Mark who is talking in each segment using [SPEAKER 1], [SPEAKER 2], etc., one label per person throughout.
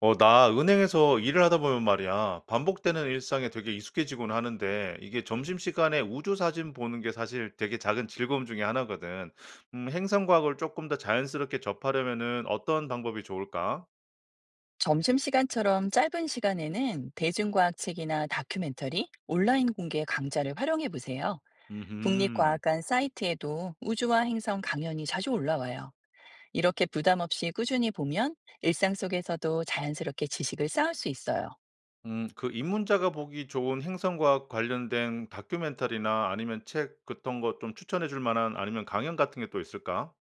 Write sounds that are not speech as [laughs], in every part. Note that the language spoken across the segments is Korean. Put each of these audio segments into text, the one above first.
[SPEAKER 1] 나 은행에서 일을 하다 보면 말이야, 반복되는 일상에 되게 익숙해지곤 하는데, 이게 점심시간에 우주 사진 보는 게 사실 되게 작은 즐거움 중에 하나거든. 행성과학을 조금 더 자연스럽게 접하려면은 어떤 방법이 좋을까?
[SPEAKER 2] 점심시간처럼 짧은 시간에는 대중과학 책이나 다큐멘터리, 온라인 공개 강좌를 활용해 보세요.
[SPEAKER 1] 음,
[SPEAKER 2] 국립과학관 사이트에도 우주와 행성 강연이 자주 올라와요. 이렇게 부담 없이 꾸준히 보면 일상 속에서도 자연스럽게 지식을 쌓을 수 있어요.
[SPEAKER 1] 그 입문자가 보기 좋은 행성과학 관련된 다큐멘터리나 아니면 책 같은 거 좀 추천해 줄 만한 아니면 강연 같은 게 또 있을까?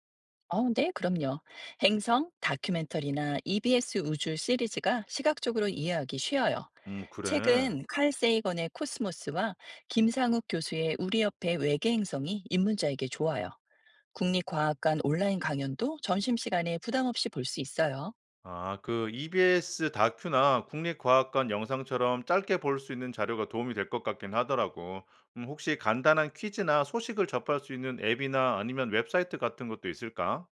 [SPEAKER 2] 네, 그럼요. 행성, 다큐멘터리나 EBS 우주 시리즈가 시각적으로 이해하기 쉬워요.
[SPEAKER 1] 그래.
[SPEAKER 2] 책은 칼 세이건의 코스모스와 김상욱 교수의 우리 옆에 외계 행성이 입문자에게 좋아요. 국립과학관 온라인 강연도 점심시간에 부담 없이 볼 수 있어요.
[SPEAKER 1] 아, 그 EBS 다큐나 국립과학관 영상처럼 짧게 볼 수 있는 자료가 도움이 될 것 같긴 하더라고. 혹시 간단한 퀴즈나 소식을 접할 수 있는 앱이나 아니면 웹사이트 같은 것도 있을까?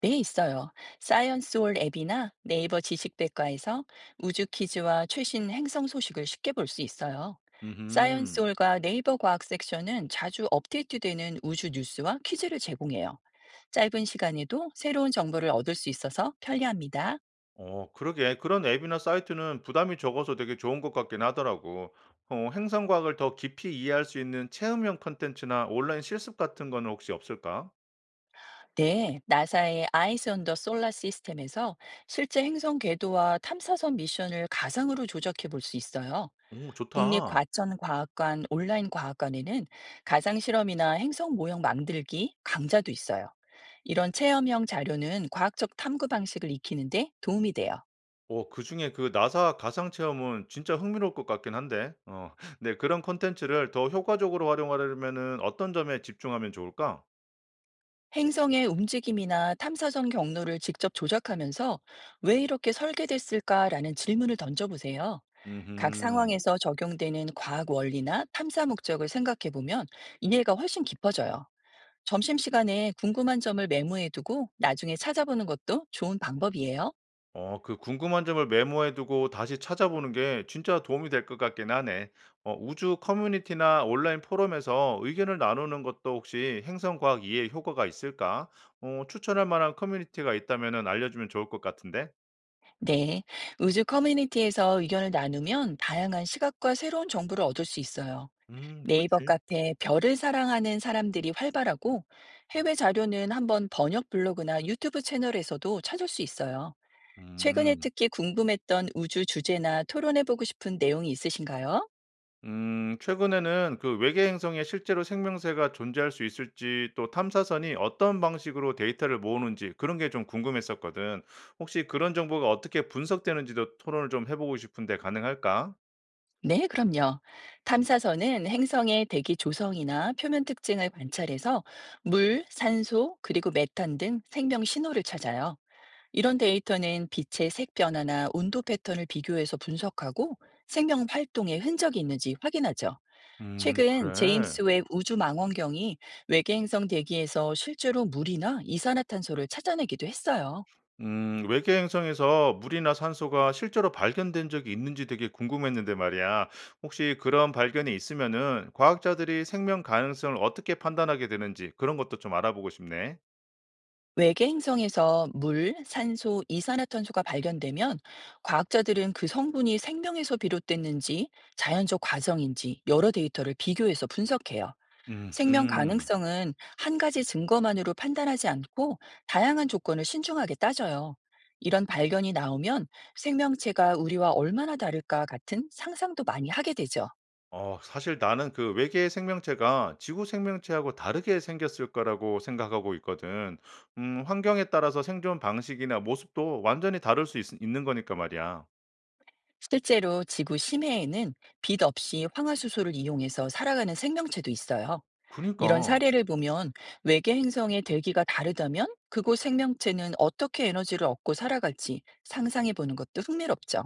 [SPEAKER 2] 네, 있어요. 사이언스홀 앱이나 네이버 지식백과에서 우주 퀴즈와 최신 행성 소식을 쉽게 볼 수 있어요.
[SPEAKER 1] 음.
[SPEAKER 2] 사이언스홀과 네이버 과학 섹션은 자주 업데이트되는 우주 뉴스와 퀴즈를 제공해요. 짧은 시간에도 새로운 정보를 얻을 수 있어서 편리합니다.
[SPEAKER 1] 어, 그러게. 그런 앱이나 사이트는 부담이 적어서 되게 좋은 것 같긴 하더라고. 행성과학을 더 깊이 이해할 수 있는 체험형 컨텐츠나 온라인 실습 같은 거는 혹시 없을까?
[SPEAKER 2] 네, 나사의 아이스 언더 솔라 시스템에서 실제 행성 궤도와 탐사선 미션을 가상으로 조작해 볼 수 있어요.
[SPEAKER 1] 오, 좋다.
[SPEAKER 2] 국립과천과학관 온라인 과학관에는 가상실험이나 행성 모형 만들기 강좌도 있어요. 이런 체험형 자료는 과학적 탐구 방식을 익히는데 도움이 돼요.
[SPEAKER 1] 그중에 그 나사 가상 체험은 진짜 흥미로울 것 같긴 한데. [laughs] 네, 그런 콘텐츠를 더 효과적으로 활용하려면은 어떤 점에 집중하면 좋을까?
[SPEAKER 2] 행성의 움직임이나 탐사선 경로를 직접 조작하면서 왜 이렇게 설계됐을까라는 질문을 던져보세요. 각
[SPEAKER 1] 음
[SPEAKER 2] 상황에서 적용되는 과학 원리나 탐사 목적을 생각해 보면 이해가 훨씬 깊어져요. 점심시간에 궁금한 점을 메모해 두고 나중에 찾아보는 것도 좋은 방법이에요.
[SPEAKER 1] 그 궁금한 점을 메모해 두고 다시 찾아보는 게 진짜 도움이 될 것 같긴 하네. 우주 커뮤니티나 온라인 포럼에서 의견을 나누는 것도 혹시 행성과학 이해 효과가 있을까? 추천할 만한 커뮤니티가 있다면 알려주면 좋을 것 같은데.
[SPEAKER 2] 네, 우주 커뮤니티에서 의견을 나누면 다양한 시각과 새로운 정보를 얻을 수 있어요. 네이버
[SPEAKER 1] 그치.
[SPEAKER 2] 카페 별을 사랑하는 사람들이 활발하고 해외 자료는 한번 번역 블로그나 유튜브 채널에서도 찾을 수 있어요. 최근에
[SPEAKER 1] 음.
[SPEAKER 2] 특히 궁금했던 우주 주제나 토론해보고 싶은 내용이 있으신가요?
[SPEAKER 1] 최근에는 그 외계 행성에 실제로 생명체가 존재할 수 있을지 또 탐사선이 어떤 방식으로 데이터를 모으는지 그런 게 좀 궁금했었거든. 혹시 그런 정보가 어떻게 분석되는지도 토론을 좀 해보고 싶은데 가능할까?
[SPEAKER 2] 네, 그럼요. 탐사선은 행성의 대기 조성이나 표면 특징을 관찰해서 물, 산소, 그리고 메탄 등 생명 신호를 찾아요. 이런 데이터는 빛의 색 변화나 온도 패턴을 비교해서 분석하고 생명 활동의 흔적이 있는지 확인하죠. 최근
[SPEAKER 1] 그래.
[SPEAKER 2] 제임스 웹 우주 망원경이 외계 행성 대기에서 실제로 물이나 이산화탄소를 찾아내기도 했어요.
[SPEAKER 1] 외계 행성에서 물이나 산소가 실제로 발견된 적이 있는지 되게 궁금했는데 말이야. 혹시 그런 발견이 있으면은 과학자들이 생명 가능성을 어떻게 판단하게 되는지 그런 것도 좀 알아보고 싶네.
[SPEAKER 2] 외계 행성에서 물, 산소, 이산화탄소가 발견되면 과학자들은 그 성분이 생명에서 비롯됐는지 자연적 과정인지 여러 데이터를 비교해서 분석해요.
[SPEAKER 1] 음,
[SPEAKER 2] 생명
[SPEAKER 1] 음.
[SPEAKER 2] 가능성은 한 가지 증거만으로 판단하지 않고 다양한 조건을 신중하게 따져요. 이런 발견이 나오면 생명체가 우리와 얼마나 다를까 같은 상상도 많이 하게 되죠.
[SPEAKER 1] 사실 나는 그 '외계의 생명체가 지구 생명체하고 다르게 생겼을 거라.'고 생각하고 있거든. 환경에 따라서 생존 방식이나 모습도 완전히 다를 수있 있는 거니까 말이야.
[SPEAKER 2] 실제로 지구 심해에는 빛 없이 황화수소를 이용해서 살아가는 생명체도 있어요. 이런
[SPEAKER 1] 그니까.
[SPEAKER 2] 사례를 보면 외계 행성의 대기가 다르다면 그곳 생명체는 어떻게 에너지를 얻고 살아갈지 상상해 보는 것도 흥미롭죠.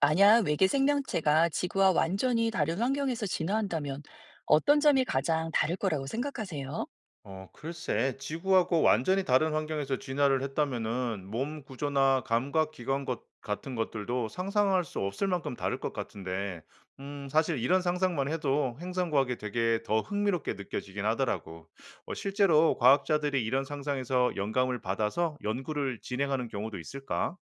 [SPEAKER 2] 만약 외계 생명체가 지구와 완전히 다른 환경에서 진화한다면 어떤 점이 가장 다를 거라고 생각하세요?
[SPEAKER 1] 어, 글쎄, 지구하고 완전히 다른 환경에서 진화를 했다면은 몸 구조나 감각 기관 것, 같은 것들도 상상할 수 없을 만큼 다를 것 같은데, 사실 이런 상상만 해도 행성과학이 되게 더 흥미롭게 느껴지긴 하더라고. 실제로 과학자들이 이런 상상에서 영감을 받아서 연구를 진행하는 경우도 있을까?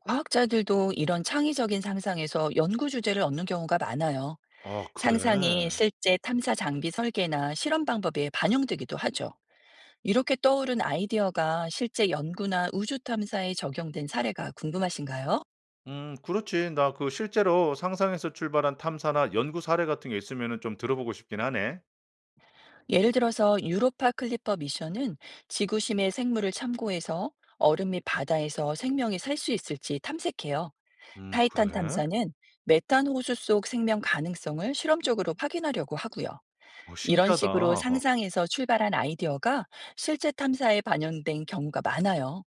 [SPEAKER 2] 과학자들도 이런 창의적인 상상에서 연구 주제를 얻는 경우가 많아요.
[SPEAKER 1] 아,
[SPEAKER 2] 상상이
[SPEAKER 1] 그래.
[SPEAKER 2] 실제 탐사 장비 설계나 실험 방법에 반영되기도 하죠. 이렇게 떠오른 아이디어가 실제 연구나 우주 탐사에 적용된 사례가 궁금하신가요?
[SPEAKER 1] 그렇지. 나 그 실제로 상상에서 출발한 탐사나 연구 사례 같은 게 있으면은 좀 들어보고 싶긴 하네.
[SPEAKER 2] 예를 들어서 유로파 클리퍼 미션은 지구심의 생물을 참고해서 얼음 및 바다에서 생명이 살 수 있을지 탐색해요. 타이탄
[SPEAKER 1] 그래?
[SPEAKER 2] 탐사는 메탄 호수 속 생명 가능성을 실험적으로 확인하려고 하고요. 이런
[SPEAKER 1] 신기하다.
[SPEAKER 2] 식으로 상상에서 출발한 아이디어가 실제 탐사에 반영된 경우가 많아요.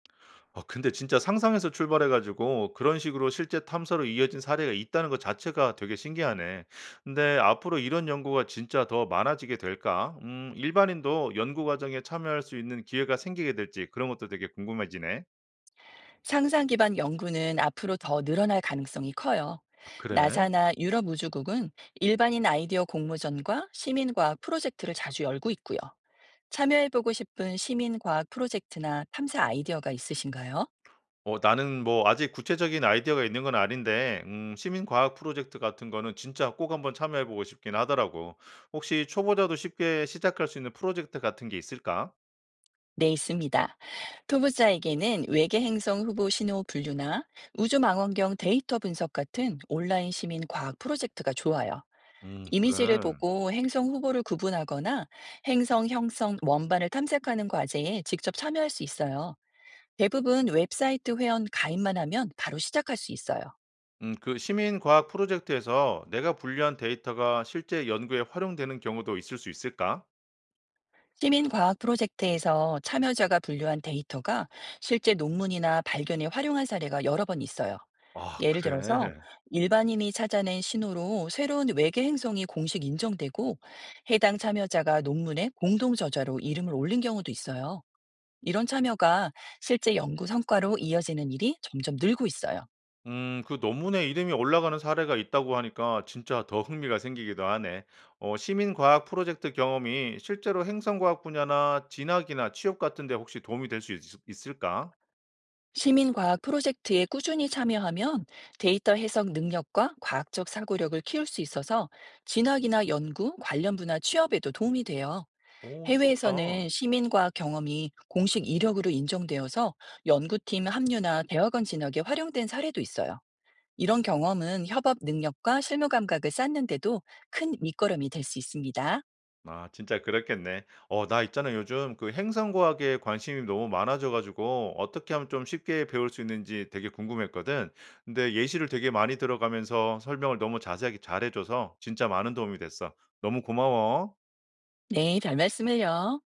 [SPEAKER 1] 아, 근데 진짜 상상에서 출발해 가지고 그런 식으로 실제 탐사로 이어진 사례가 있다는 것 자체가 되게 신기하네. 근데 앞으로 이런 연구가 진짜 더 많아지게 될까? 일반인도 연구 과정에 참여할 수 있는 기회가 생기게 될지 그런 것도 되게 궁금해지네.
[SPEAKER 2] 상상 기반 연구는 앞으로 더 늘어날 가능성이 커요.
[SPEAKER 1] 아, 그래?
[SPEAKER 2] 나사나 유럽 우주국은 일반인 아이디어 공모전과 시민과학 프로젝트를 자주 열고 있고요. 참여해보고 싶은 시민과학 프로젝트나 탐사 아이디어가 있으신가요?
[SPEAKER 1] 나는 뭐 아직 구체적인 아이디어가 있는 건 아닌데 시민 과학 프로젝트 같은 거는 진짜 꼭 한번 참여해 보고 싶긴 하더라고. 혹시 초보자도 쉽게 시작할 수 있는 프로젝트 같은 게 있을까?
[SPEAKER 2] 네, 있습니다. 토부자에게는 외계 행성 후보 신호 분류나 우주망원경 데이터 분석 같은 온라인 시민 과학 프로젝트가 좋아요.
[SPEAKER 1] 음,
[SPEAKER 2] 이미지를
[SPEAKER 1] 그래.
[SPEAKER 2] 보고 행성 후보를 구분하거나 행성 형성 원반을 탐색하는 과제에 직접 참여할 수 있어요. 대부분 웹사이트 회원 가입만 하면 바로 시작할 수 있어요.
[SPEAKER 1] 그 시민 과학 프로젝트에서 내가 분류한 데이터가 실제 연구에 활용되는 경우도 있을 수 있을까?
[SPEAKER 2] 시민과학 프로젝트에서 참여자가 분류한 데이터가 실제 논문이나 발견에 활용한 사례가 여러 번 있어요.
[SPEAKER 1] 아,
[SPEAKER 2] 예를 들어서
[SPEAKER 1] 그래.
[SPEAKER 2] 일반인이 찾아낸 신호로 새로운 외계 행성이 공식 인정되고 해당 참여자가 논문에 공동 저자로 이름을 올린 경우도 있어요. 이런 참여가 실제 연구 성과로 이어지는 일이 점점 늘고 있어요.
[SPEAKER 1] 그 논문에 이름이 올라가는 사례가 있다고 하니까 진짜 더 흥미가 생기기도 하네. 시민 과학 프로젝트 경험이 실제로 행성 과학 분야나 진학이나 취업 같은 데 혹시 도움이 될 수 있을까?
[SPEAKER 2] 시민과학 프로젝트에 꾸준히 참여하면 데이터 해석 능력과 과학적 사고력을 키울 수 있어서 진학이나 연구, 관련 분야 취업에도 도움이 돼요.
[SPEAKER 1] 오, 좋다.
[SPEAKER 2] 해외에서는 시민과학 경험이 공식 이력으로 인정되어서 연구팀 합류나 대학원 진학에 활용된 사례도 있어요. 이런 경험은 협업 능력과 실무 감각을 쌓는데도 큰 밑거름이 될 수 있습니다.
[SPEAKER 1] 아, 진짜 그렇겠네. 나 있잖아 요즘 그 행성 과학에 관심이 너무 많아져 가지고 어떻게 하면 좀 쉽게 배울 수 있는지 되게 궁금했거든. 근데 예시를 되게 많이 들어가면서 설명을 너무 자세하게 잘해 줘서 진짜 많은 도움이 됐어. 너무 고마워.
[SPEAKER 2] 네, 별 말씀을요.